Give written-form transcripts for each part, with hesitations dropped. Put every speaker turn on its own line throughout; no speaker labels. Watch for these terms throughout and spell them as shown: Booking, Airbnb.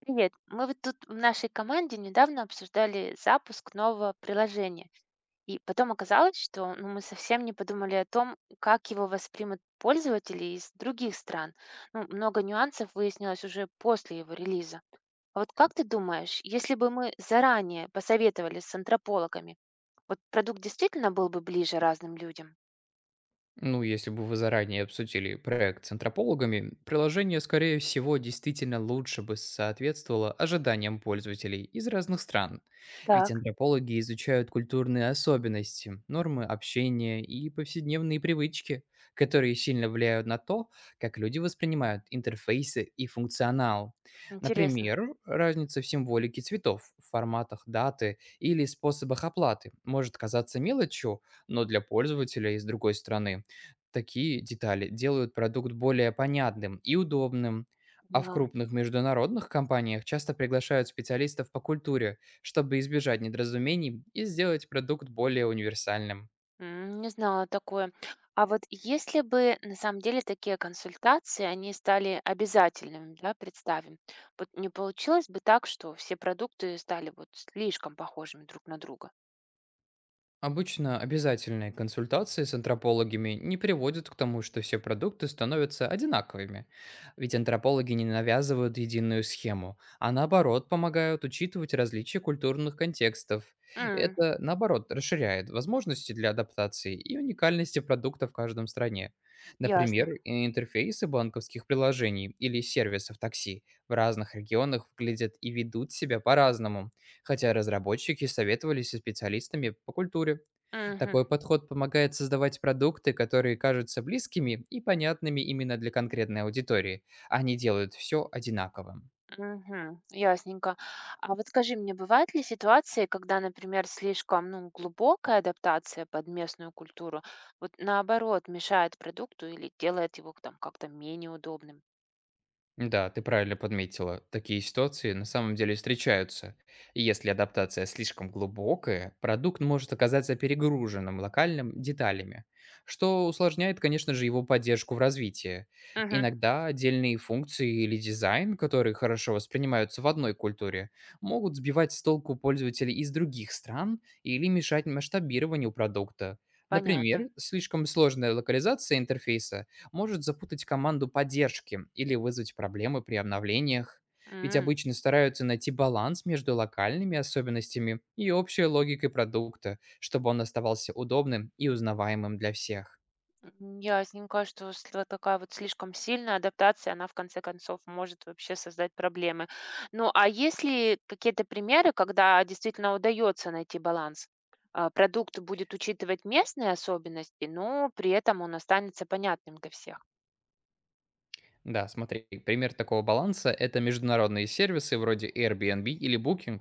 Привет. Мы вот тут в нашей команде недавно обсуждали запуск нового приложения. И потом оказалось, что мы совсем не подумали о том, как его воспримут пользователи из других стран. Ну, много нюансов выяснилось уже после его релиза. А вот как ты думаешь, если бы мы заранее посоветовали с антропологами, вот продукт действительно был бы ближе разным людям?
Ну, если бы вы заранее обсудили проект с антропологами, приложение, скорее всего, действительно лучше бы соответствовало ожиданиям пользователей из разных стран.
Так.
Ведь антропологи изучают культурные особенности, нормы общения и повседневные привычки, которые сильно влияют на то, как люди воспринимают интерфейсы и функционал.
Интересно.
Например, разница в символике цветов, форматах даты или способах оплаты может казаться мелочью, но для пользователя из другой страны такие детали делают продукт более понятным и удобным, а в
Поняла.
крупных международных компаниях часто приглашают специалистов по культуре, чтобы избежать недоразумений и сделать продукт более универсальным.
Не знала такое. А вот если бы на самом деле такие консультации, они стали обязательными, да, представим, вот не получилось бы так, что все продукты стали вот слишком похожими друг на друга?
Обычно обязательные консультации с антропологами не приводят к тому, что все продукты становятся одинаковыми. Ведь антропологи не навязывают единую схему, а наоборот помогают учитывать различия культурных контекстов.
М,
Это, наоборот, расширяет возможности для адаптации и уникальности продукта в каждом стране. Например,
ясно.
и интерфейсы банковских приложений или сервисов такси в разных регионах выглядят и ведут себя по-разному, хотя разработчики советовались со специалистами по культуре.
Мгм,
Такой подход помогает создавать продукты, которые кажутся близкими и понятными именно для конкретной аудитории, а не делают все одинаковым.
мгм, ясненько. А вот скажи мне, бывают ли ситуации, когда, например, слишком, глубокая адаптация под местную культуру, вот наоборот, мешает продукту или делает его там как-то менее удобным?
Да, ты правильно подметила. Такие ситуации на самом деле встречаются. И если адаптация слишком глубокая, продукт может оказаться перегруженным локальным деталями, что усложняет, конечно же, его поддержку в развитии.
Мгм,
Иногда отдельные функции или дизайн, которые хорошо воспринимаются в одной культуре, могут сбивать с толку пользователей из других стран или мешать масштабированию продукта.
понятно.
Например, слишком сложная локализация интерфейса может запутать команду поддержки или вызвать проблемы при обновлениях. Ведь
М.
обычно стараются найти баланс между локальными особенностями и общей логикой продукта, чтобы он оставался удобным и узнаваемым для всех.
М, ясненько, что если вот такая вот слишком сильная адаптация, она в конце концов может вообще создать проблемы. Ну, а есть ли какие-то примеры, когда действительно удается найти баланс? А, продукт будет учитывать местные особенности, но при этом он останется понятным для всех.
Да, смотри, пример такого баланса — это международные сервисы вроде Airbnb или Booking.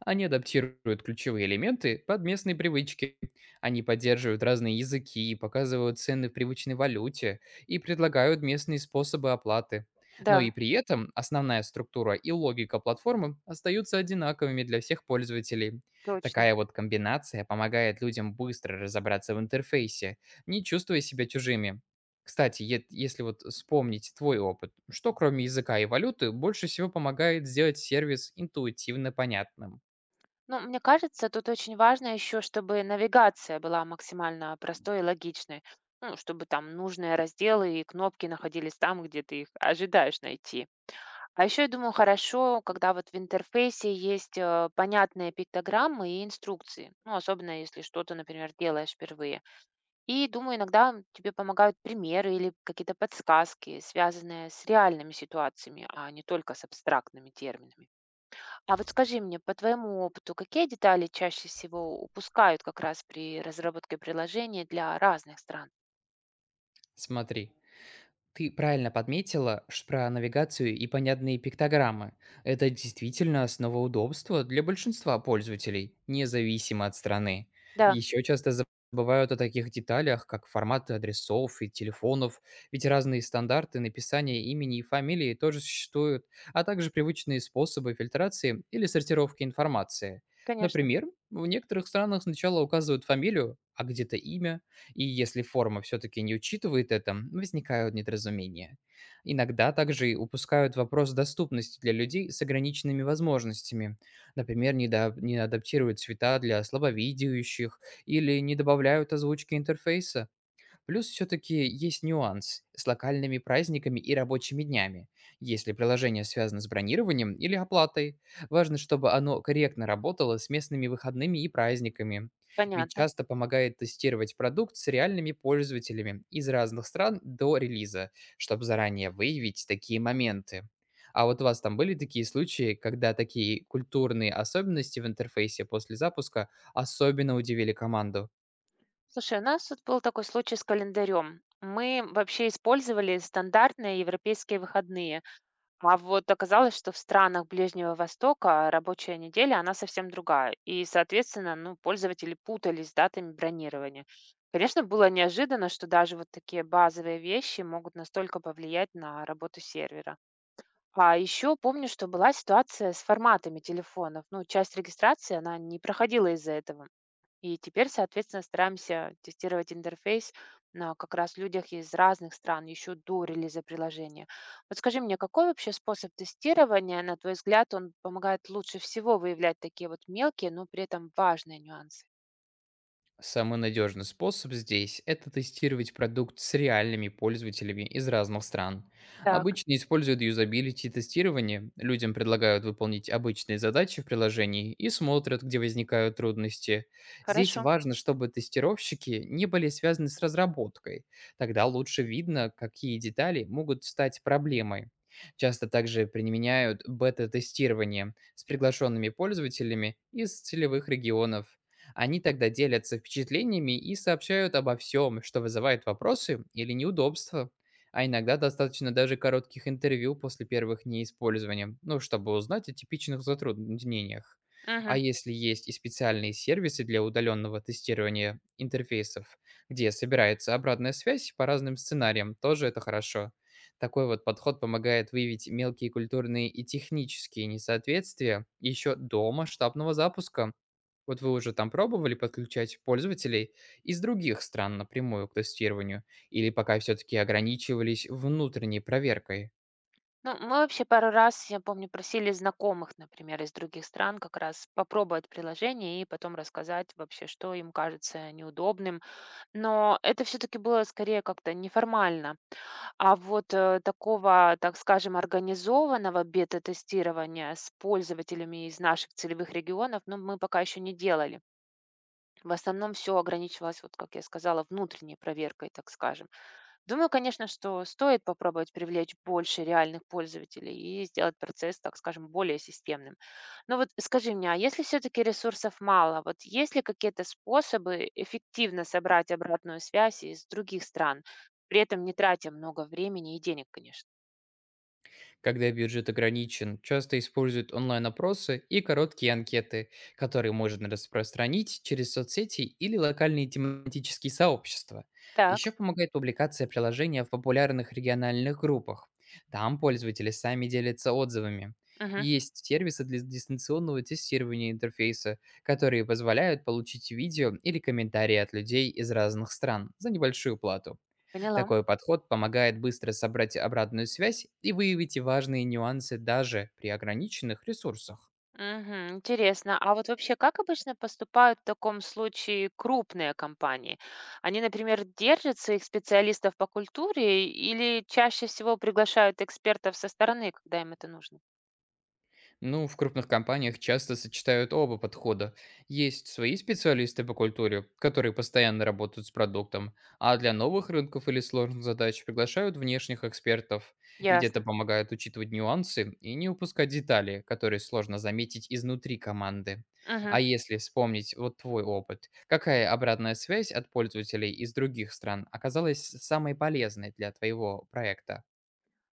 Они адаптируют ключевые элементы под местные привычки. Они поддерживают разные языки, показывают цены в привычной валюте и предлагают местные способы оплаты. Но и
Да,
при этом основная структура и логика платформы остаются одинаковыми для всех пользователей.
точно.
Такая вот комбинация помогает людям быстро разобраться в интерфейсе, не чувствуя себя чужими. Кстати, ет если вот вспомнить твой опыт, что кроме языка и валюты больше всего помогает сделать сервис интуитивно понятным?
Ну, мне кажется, тут очень важно еще, чтобы навигация была максимально простой и логичной. Ну, чтобы там нужные разделы и кнопки находились там, где ты их ожидаешь найти. А еще я думаю, хорошо, когда вот в интерфейсе есть понятные пиктограммы и инструкции, особенно если что-то, например, делаешь впервые. И думаю, иногда тебе помогают примеры или какие-то подсказки, связанные с реальными ситуациями, а не только с абстрактными терминами. А вот скажи мне, по твоему опыту, какие детали чаще всего упускают как раз при разработке приложения для разных стран?
Смотри. Ты правильно подметила про навигацию и понятные пиктограммы. Это действительно основа удобства для большинства пользователей, независимо от страны.
Да,
Еще часто забывают о таких деталях, как форматы адресов и телефонов, ведь разные стандарты написания имени и фамилии тоже существуют, а также привычные способы фильтрации или сортировки информации.
конечно,
Например, в некоторых странах сначала указывают фамилию, а где-то имя, и если форма все-таки не учитывает это, возникают недоразумения. Иногда также и упускают вопрос доступности для людей с ограниченными возможностями. Например, не, не адаптируют цвета для слабовидящих или не добавляют озвучки интерфейса. Плюс все-таки есть нюанс с локальными праздниками и рабочими днями. Если приложение связано с бронированием или оплатой, важно, чтобы оно корректно работало с местными выходными и праздниками. Ведь
понятно.
часто помогает тестировать продукт с реальными пользователями из разных стран до релиза, чтобы заранее выявить такие моменты. А вот у вас там были такие случаи, когда такие культурные особенности в интерфейсе после запуска особенно удивили команду?
Слушай, у нас тут был такой случай с календарем. Мы вообще использовали стандартные европейские выходные, а вот оказалось, что в странах Ближнего Востока рабочая неделя, она совсем другая, и, соответственно, пользователи путались с датами бронирования. Конечно, было неожиданно, что даже вот такие базовые вещи могут настолько повлиять на работу сервера. А еще помню, что была ситуация с форматами телефонов. Ну, часть регистрации, она не проходила из-за этого. И теперь, соответственно, стараемся тестировать интерфейс на как раз людях из разных стран еще до релиза приложения. Вот скажи мне, какой вообще способ тестирования, на твой взгляд, он помогает лучше всего выявлять такие вот мелкие, но при этом важные нюансы?
Самый надежный способ здесь — это тестировать продукт с реальными пользователями из разных стран.
Так,
Обычно используют юзабилити тестирование, людям предлагают выполнить обычные задачи в приложении и смотрят, где возникают трудности. Здесь
хорошо.
важно, чтобы тестировщики не были связаны с разработкой, тогда лучше видно, какие детали могут стать проблемой. Часто также применяют бета-тестирование с приглашенными пользователями из целевых регионов. Они тогда делятся впечатлениями и сообщают обо всем, что вызывает вопросы или неудобства. А иногда достаточно даже коротких интервью после первых дней использования, ну, чтобы узнать о типичных затруднениях. А
Мгм.
если есть и специальные сервисы для удаленного тестирования интерфейсов, где собирается обратная связь по разным сценариям, тоже это хорошо. Такой вот подход помогает выявить мелкие культурные и технические несоответствия еще до масштабного запуска. Вот вы уже там пробовали подключать пользователей из других стран напрямую к тестированию или пока все-таки ограничивались внутренней проверкой?
Ну, мы вообще пару раз, я помню, просили знакомых, например, из других стран как раз попробовать приложение и потом рассказать вообще, что им кажется неудобным. Но это все-таки было скорее как-то неформально. А вот, такого, так скажем, организованного бета-тестирования с пользователями из наших целевых регионов, мы пока еще не делали. В основном все ограничивалось, вот как я сказала, внутренней проверкой, так скажем. Думаю, конечно, что стоит попробовать привлечь больше реальных пользователей и сделать процесс, так скажем, более системным. Но вот скажи мне, а если все-таки ресурсов мало, вот есть ли какие-то способы эффективно собрать обратную связь из других стран, при этом не тратя много времени и денег, конечно?
Когда бюджет ограничен, часто используют онлайн-опросы и короткие анкеты, которые можно распространить через соцсети или локальные тематические сообщества.
Так,
Еще помогает публикация приложения в популярных региональных группах. Там пользователи сами делятся отзывами.
мгм,
Есть сервисы для дистанционного тестирования интерфейса, которые позволяют получить видео или комментарии от людей из разных стран за небольшую плату.
поняла.
Такой подход помогает быстро собрать обратную связь и выявить важные нюансы даже при ограниченных ресурсах.
Мгм. Интересно. А вот вообще, как обычно поступают в таком случае крупные компании? Они, например, держат своих специалистов по культуре или чаще всего приглашают экспертов со стороны, когда им это нужно?
Ну, в крупных компаниях часто сочетают оба подхода. Есть свои специалисты по культуре, которые постоянно работают с продуктом, а для новых рынков или сложных задач приглашают внешних экспертов, ведь это
Ясно.
помогает учитывать нюансы и не упускать детали, которые сложно заметить изнутри команды.
Мгм.
А если вспомнить вот твой опыт, какая обратная связь от пользователей из других стран оказалась самой полезной для твоего проекта?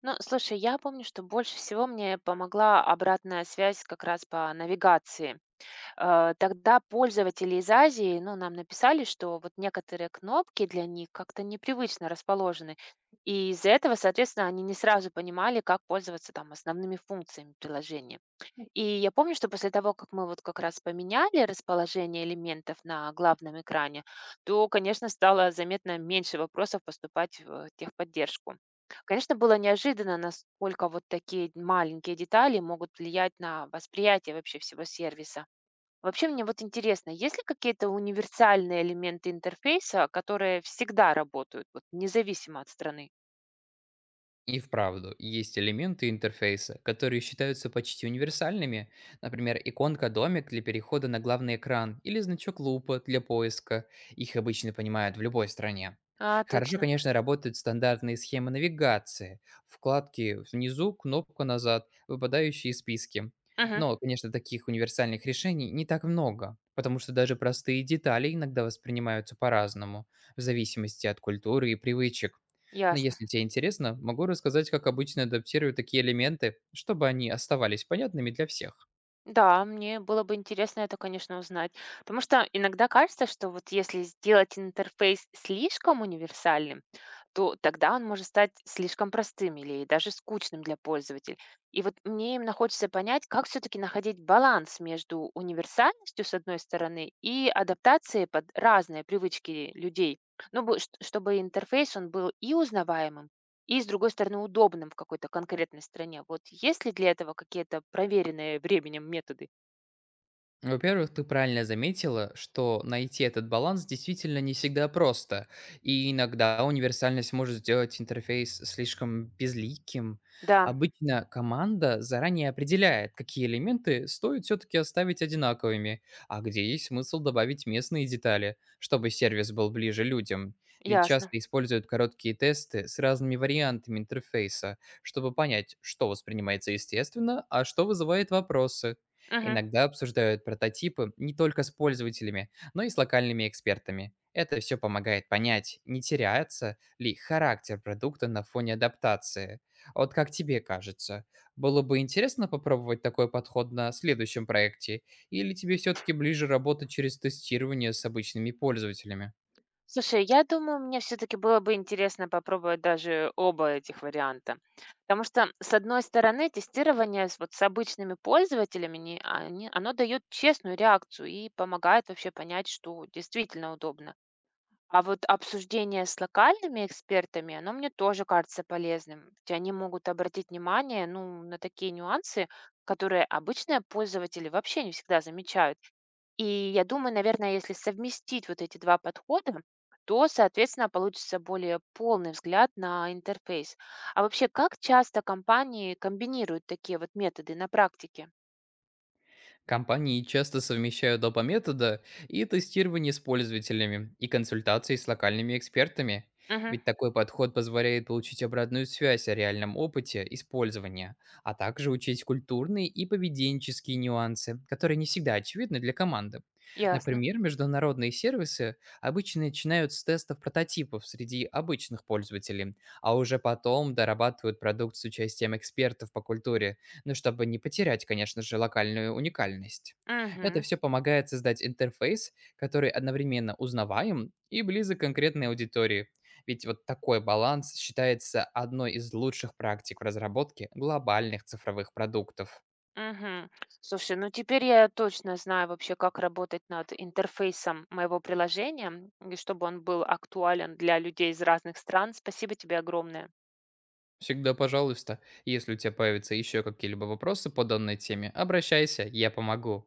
Ну, слушай, я помню, что больше всего мне помогла обратная связь как раз по навигации. Тогда пользователи из Азии, нам написали, что вот некоторые кнопки для них как-то непривычно расположены. И из-за этого, соответственно, они не сразу понимали, как пользоваться там основными функциями приложения. И я помню, что после того, как мы вот как раз поменяли расположение элементов на главном экране, то, конечно, стало заметно меньше вопросов поступать в техподдержку. Конечно, было неожиданно, насколько вот такие маленькие детали могут влиять на восприятие вообще всего сервиса. Вообще, мне вот интересно, есть ли какие-то универсальные элементы интерфейса, которые всегда работают, вот независимо от страны?
И вправду, есть элементы интерфейса, которые считаются почти универсальными, например, иконка-домик для перехода на главный экран или значок лупа для поиска, их обычно понимают в любой стране.
А,
Хорошо,
точно.
конечно, работают стандартные схемы навигации, вкладки внизу, кнопка назад, выпадающие списки.
Мгм.
Но, конечно, таких универсальных решений не так много, потому что даже простые детали иногда воспринимаются по-разному, в зависимости от культуры и привычек. Но
Ясно.
если тебе интересно, могу рассказать, как обычно адаптирую такие элементы, чтобы они оставались понятными для всех.
Да, мне было бы интересно это, конечно, узнать. Потому что иногда кажется, что вот если сделать интерфейс слишком универсальным, то тогда он может стать слишком простым или даже скучным для пользователя. И вот мне именно хочется понять, как все-таки находить баланс между универсальностью, с одной стороны, и адаптацией под разные привычки людей. Чтобы интерфейс, он был и узнаваемым, и, с другой стороны, удобным в какой-то конкретной стране. Вот есть ли для этого какие-то проверенные временем методы?
Во-первых, ты правильно заметила, что найти этот баланс действительно не всегда просто, и иногда универсальность может сделать интерфейс слишком безликим.
Да,
Обычно команда заранее определяет, какие элементы стоит все-таки оставить одинаковыми, а где есть смысл добавить местные детали, чтобы сервис был ближе людям. Ведь
ясно.
часто используют короткие тесты с разными вариантами интерфейса, чтобы понять, что воспринимается естественно, а что вызывает вопросы.
Мгм.
Иногда обсуждают прототипы не только с пользователями, но и с локальными экспертами. Это все помогает понять, не теряется ли характер продукта на фоне адаптации. А вот как тебе кажется, было бы интересно попробовать такой подход на следующем проекте, или тебе все-таки ближе работать через тестирование с обычными пользователями?
Слушай, я думаю, мне все-таки было бы интересно попробовать даже оба этих варианта. Потому что, с одной стороны, тестирование с, вот, с обычными пользователями, оно дает честную реакцию и помогает вообще понять, что действительно удобно. А вот обсуждение с локальными экспертами, оно мне тоже кажется полезным, ведь они могут обратить внимание, на такие нюансы, которые обычные пользователи вообще не всегда замечают. И я думаю, наверное, если совместить вот эти два подхода, то, соответственно, получится более полный взгляд на интерфейс. А вообще, как часто компании комбинируют такие вот методы на практике?
Компании часто совмещают оба метода и тестирование с пользователями, и консультации с локальными экспертами.
Угу,
Ведь такой подход позволяет получить обратную связь о реальном опыте использования, а также учесть культурные и поведенческие нюансы, которые не всегда очевидны для команды.
ясно.
Например, международные сервисы обычно начинают с тестов прототипов среди обычных пользователей, а уже потом дорабатывают продукт с участием экспертов по культуре, ну, чтобы не потерять, конечно же, локальную уникальность. Это
Мгм.
все помогает создать интерфейс, который одновременно узнаваем и близок к конкретной аудитории. Ведь вот такой баланс считается одной из лучших практик в разработке глобальных цифровых продуктов.
Мгм. Слушай, ну теперь я точно знаю вообще, как работать над интерфейсом моего приложения, и чтобы он был актуален для людей из разных стран. Спасибо тебе огромное.
Всегда пожалуйста. Если у тебя появятся еще какие-либо вопросы по данной теме, обращайся, я помогу.